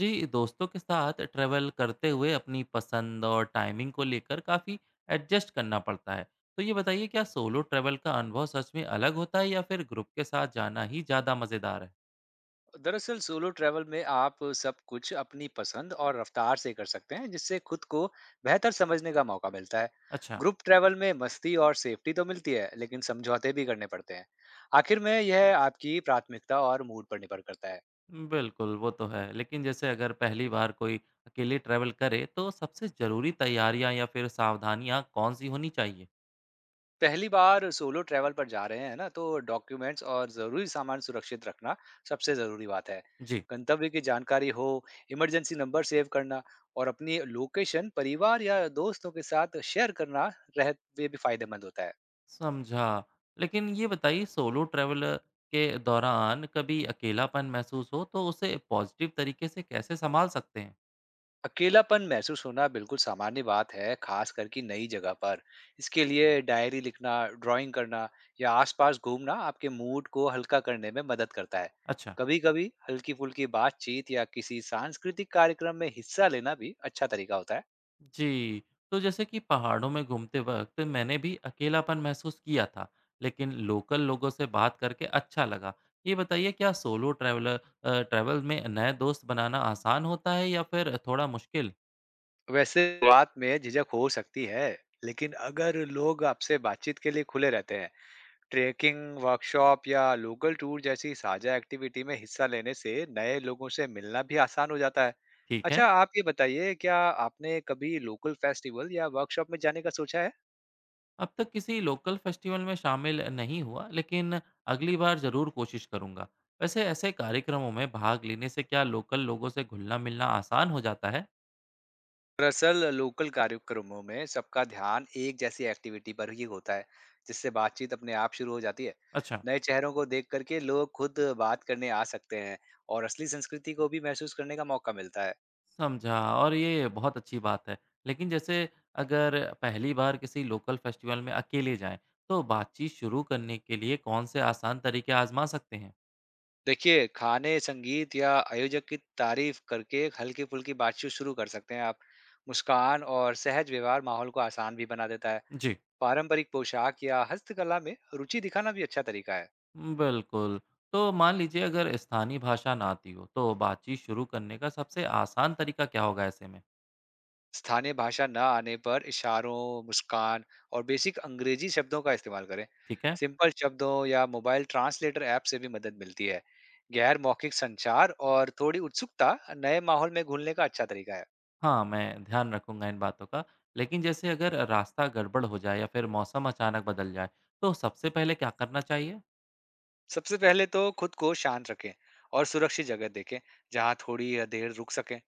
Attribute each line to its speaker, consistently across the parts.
Speaker 1: जी दोस्तों के साथ ट्रैवल करते हुए अपनी पसंद और टाइमिंग को लेकर काफ़ी एडजस्ट करना पड़ता है। तो ये बताइए, क्या सोलो ट्रैवल का अनुभव सच में अलग होता है या फिर ग्रुप के साथ जाना ही ज़्यादा मज़ेदार है?
Speaker 2: दरअसल सोलो ट्रैवल में आप सब कुछ अपनी पसंद और रफ्तार से कर सकते हैं जिससे खुद को बेहतर समझने का मौका मिलता है।
Speaker 1: अच्छा।
Speaker 2: ग्रुप ट्रैवल में मस्ती और सेफ्टी तो मिलती है लेकिन समझौते भी करने पड़ते हैं। आखिर में यह आपकी प्राथमिकता और मूड पर निर्भर करता है।
Speaker 1: बिल्कुल, वो तो है। लेकिन जैसे अगर पहली बार कोई अकेले ट्रैवल करे, तो सबसे ज़रूरी तैयारियां या फिर सावधानियां कौन सी होनी चाहिए?
Speaker 2: पहली बार सोलो ट्रैवल पर जा रहे हैं ना तो डॉक्यूमेंट्स और ज़रूरी सामान सुरक्षित रखना सबसे ज़रूरी बात है।
Speaker 1: जी।
Speaker 2: गंतव्य की जानकारी हो, इमरजेंसी नंबर सेव करना और अपनी लोकेशन परिवार या दोस्तों के साथ शेयर करना रह वे भी फायदेमंद होता है।
Speaker 1: समझा। लेकिन ये बताइए, सोलो ट्रैवल के दौरान कभी अकेलापन महसूस हो तो उसे पॉजिटिव तरीके से कैसे सँभाल सकते हैं?
Speaker 2: अकेलापन महसूस होना बिल्कुल सामान्य बात है, खास करके नई जगह पर। इसके लिए डायरी लिखना, ड्राइंग करना या आसपास घूमना आपके मूड को हल्का करने में मदद करता है।
Speaker 1: अच्छा।
Speaker 2: कभी कभी हल्की फुल्की बातचीत या किसी सांस्कृतिक कार्यक्रम में हिस्सा लेना भी अच्छा तरीका होता है।
Speaker 1: जी। तो जैसे कि पहाड़ों में घूमते वक़्त मैंने भी अकेलापन महसूस किया था, लेकिन लोकल लोगों से बात करके अच्छा लगा। ये बताइए, क्या सोलो ट्रैवलर ट्रैवल में नए दोस्त बनाना आसान होता है या फिर थोड़ा मुश्किल?
Speaker 2: वैसे बात में झिझक हो सकती है, लेकिन अगर लोग आपसे बातचीत के लिए खुले रहते हैं, ट्रेकिंग वर्कशॉप या लोकल टूर जैसी साझा एक्टिविटी में हिस्सा लेने से नए लोगों से मिलना भी आसान हो जाता है।
Speaker 1: ठीक है।
Speaker 2: अच्छा, आप ये बताइए क्या आपने कभी लोकल फेस्टिवल या वर्कशॉप में जाने का सोचा है?
Speaker 1: अब तक किसी लोकल फेस्टिवल में शामिल नहीं हुआ, लेकिन अगली बार ज़रूर कोशिश करूँगा। वैसे ऐसे कार्यक्रमों में भाग लेने से क्या लोकल लोगों से घुलना-मिलना आसान हो जाता है?
Speaker 2: दरअसल लोकल कार्यक्रमों में सबका ध्यान एक जैसी एक्टिविटी पर ही होता है, जिससे बातचीत अपने आप शुरू हो जाती है।
Speaker 1: अच्छा,
Speaker 2: नए चेहरों को देख करके लोग खुद बात करने आ सकते हैं और असली संस्कृति को भी महसूस करने का मौका मिलता है।
Speaker 1: समझा। और ये बहुत अच्छी बात है। लेकिन जैसे अगर पहली बार किसी लोकल फेस्टिवल में अकेले जाएँ, तो बातचीत शुरू करने के लिए कौन से आसान तरीके आज़मा सकते हैं?
Speaker 2: देखिए, खाने, संगीत या आयोजक की तारीफ करके हल्की-फुल्की बातचीत शुरू कर सकते हैं आप। मुस्कान और सहज व्यवहार माहौल को आसान भी बना देता है।
Speaker 1: जी,
Speaker 2: पारंपरिक पोशाक या हस्तकला में रुचि दिखाना भी अच्छा तरीका है।
Speaker 1: बिल्कुल। तो मान लीजिए, अगर स्थानीय भाषा ना आती हो, तो बातचीत शुरू करने का सबसे आसान तरीका क्या होगा ऐसे में?
Speaker 2: स्थानीय भाषा न आने पर इशारों, मुस्कान और बेसिक अंग्रेजी शब्दों का इस्तेमाल करें।
Speaker 1: ठीक है।
Speaker 2: सिंपल शब्दों या मोबाइल ट्रांसलेटर ऐप से भी मदद मिलती है। गैर मौखिक संचार और थोड़ी उत्सुकता नए माहौल में घुलने का अच्छा तरीका है।
Speaker 1: हाँ, मैं ध्यान रखूँगा इन बातों का। लेकिन जैसे अगर रास्ता गड़बड़ हो जाए या फिर मौसम अचानक बदल जाए, तो सबसे पहले क्या करना चाहिए?
Speaker 2: सबसे पहले तो खुद को शांत रखें और सुरक्षित जगह देखें जहां थोड़ी देर रुक सकें।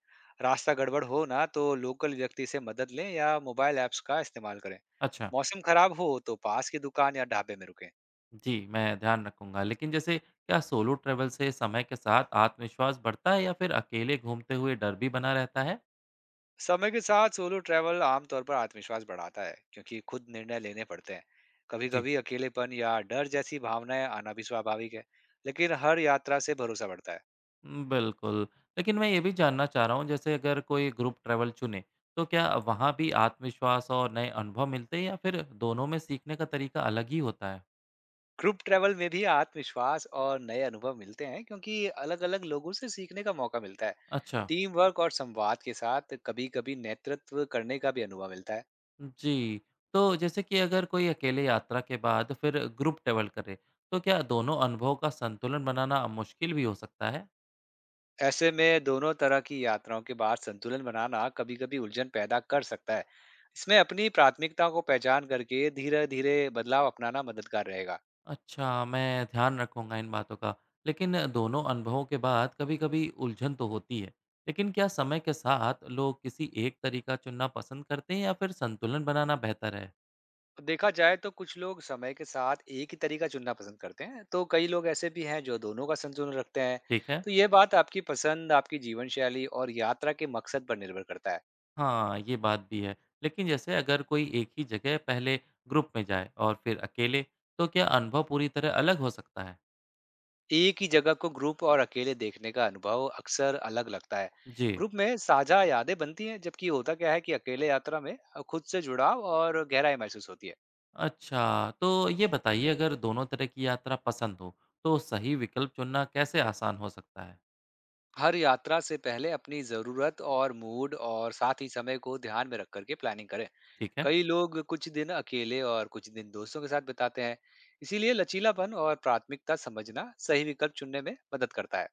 Speaker 2: रास्ता गड़बड़ हो ना तो लोकल व्यक्ति से मदद लें या मोबाइल ऐप्स का इस्तेमाल करें।
Speaker 1: अच्छा।
Speaker 2: मौसम खराब हो तो पास की दुकान या ढाबे में रुकें।
Speaker 1: जी, मैं ध्यान रखूँगा। लेकिन जैसे, क्या सोलो ट्रैवल से समय के साथ आत्मविश्वास बढ़ता है या फिर अकेले घूमते हुए डर भी बना रहता है?
Speaker 2: समय के साथ सोलो ट्रैवल आमतौर पर आत्मविश्वास बढ़ाता है, क्योंकि खुद निर्णय लेने पड़ते हैं। कभी
Speaker 1: जी।
Speaker 2: कभी अकेलेपन या डर जैसी भावनाएं आना भी स्वाभाविक है, लेकिन हर यात्रा से भरोसा बढ़ता है।
Speaker 1: बिल्कुल। लेकिन मैं ये भी जानना चाह रहा हूँ, जैसे अगर कोई ग्रुप ट्रैवल चुने, तो क्या वहाँ भी आत्मविश्वास और नए अनुभव मिलते हैं या फिर दोनों में सीखने का तरीका अलग ही होता है?
Speaker 2: ग्रुप ट्रैवल में भी आत्मविश्वास और नए अनुभव मिलते हैं, क्योंकि अलग-अलग लोगों से सीखने का मौका मिलता है।
Speaker 1: अच्छा।
Speaker 2: टीम वर्क और संवाद के साथ कभी-कभी नेतृत्व करने का भी अनुभव मिलता है।
Speaker 1: जी, तो जैसे कि अगर कोई अकेले यात्रा के बाद फिर ग्रुप ट्रैवल करे, तो क्या दोनों अनुभव का संतुलन बनाना मुश्किल भी हो सकता है?
Speaker 2: ऐसे में दोनों तरह की यात्राओं के बाद संतुलन बनाना कभी-कभी उलझन पैदा कर सकता है। इसमें अपनी प्राथमिकता को पहचान करके धीरे-धीरे बदलाव अपनाना मददगार रहेगा।
Speaker 1: अच्छा, मैं ध्यान रखूंगा इन बातों का। लेकिन दोनों अनुभवों के बाद कभी-कभी उलझन तो होती है। लेकिन क्या समय के साथ लोग किसी एक तरीका चुनना पसंद करते हैं या फिर संतुलन बनाना बेहतर है?
Speaker 2: देखा जाए तो कुछ लोग समय के साथ एक ही तरीका चुनना पसंद करते हैं, तो कई लोग ऐसे भी हैं जो दोनों का संतुलन रखते हैं।
Speaker 1: ठीक है।
Speaker 2: तो ये बात आपकी पसंद, आपकी जीवन शैली और यात्रा के मकसद पर निर्भर करता है।
Speaker 1: हाँ, ये बात भी है। लेकिन जैसे अगर कोई एक ही जगह पहले ग्रुप में जाए और फिर अकेले, तो क्या अनुभव पूरी तरह अलग हो सकता है?
Speaker 2: एक ही जगह को ग्रुप और अकेले देखने का अनुभव अक्सर अलग लगता है।
Speaker 1: जी।
Speaker 2: ग्रुप में साझा यादें बनती हैं, जबकि होता क्या है कि अकेले यात्रा में खुद से जुड़ाव और गहराई महसूस होती है।
Speaker 1: अच्छा, तो ये बताइए, अगर दोनों तरह की यात्रा पसंद हो, तो सही विकल्प चुनना कैसे आसान हो सकता है?
Speaker 2: हर यात्रा से पहले अपनी जरूरत और मूड और साथ ही समय को ध्यान में रख करके प्लानिंग करें।
Speaker 1: ठीक है।
Speaker 2: कई लोग कुछ दिन अकेले और कुछ दिन दोस्तों के साथ बिताते हैं, इसीलिए लचीलापन और प्राथमिकता समझना सही विकल्प चुनने में मदद करता है।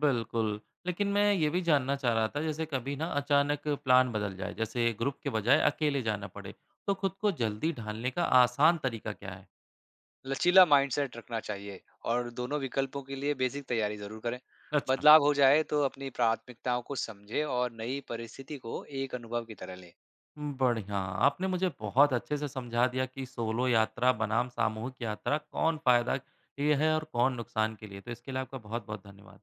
Speaker 1: बिल्कुल, लेकिन मैं ये भी जानना चाह रहा था, जैसे कभी ना अचानक प्लान बदल जाए, जैसे ग्रुप के बजाय अकेले जाना पड़े, तो खुद को जल्दी ढालने का आसान तरीका क्या है?
Speaker 2: लचीला माइंडसेट रखना चाहिए और दोनों विकल्पों के लिए बेसिक तैयारी जरूर करें।
Speaker 1: अच्छा,
Speaker 2: बदलाव हो जाए तो अपनी प्राथमिकताओं को समझें और नई परिस्थिति को एक अनुभव की तरह लें।
Speaker 1: बढ़िया। आपने मुझे बहुत अच्छे से समझा दिया कि सोलो यात्रा बनाम सामूहिक यात्रा कौन फायदा ये है और कौन नुकसान के लिए, तो इसके लिए आपका बहुत-बहुत धन्यवाद।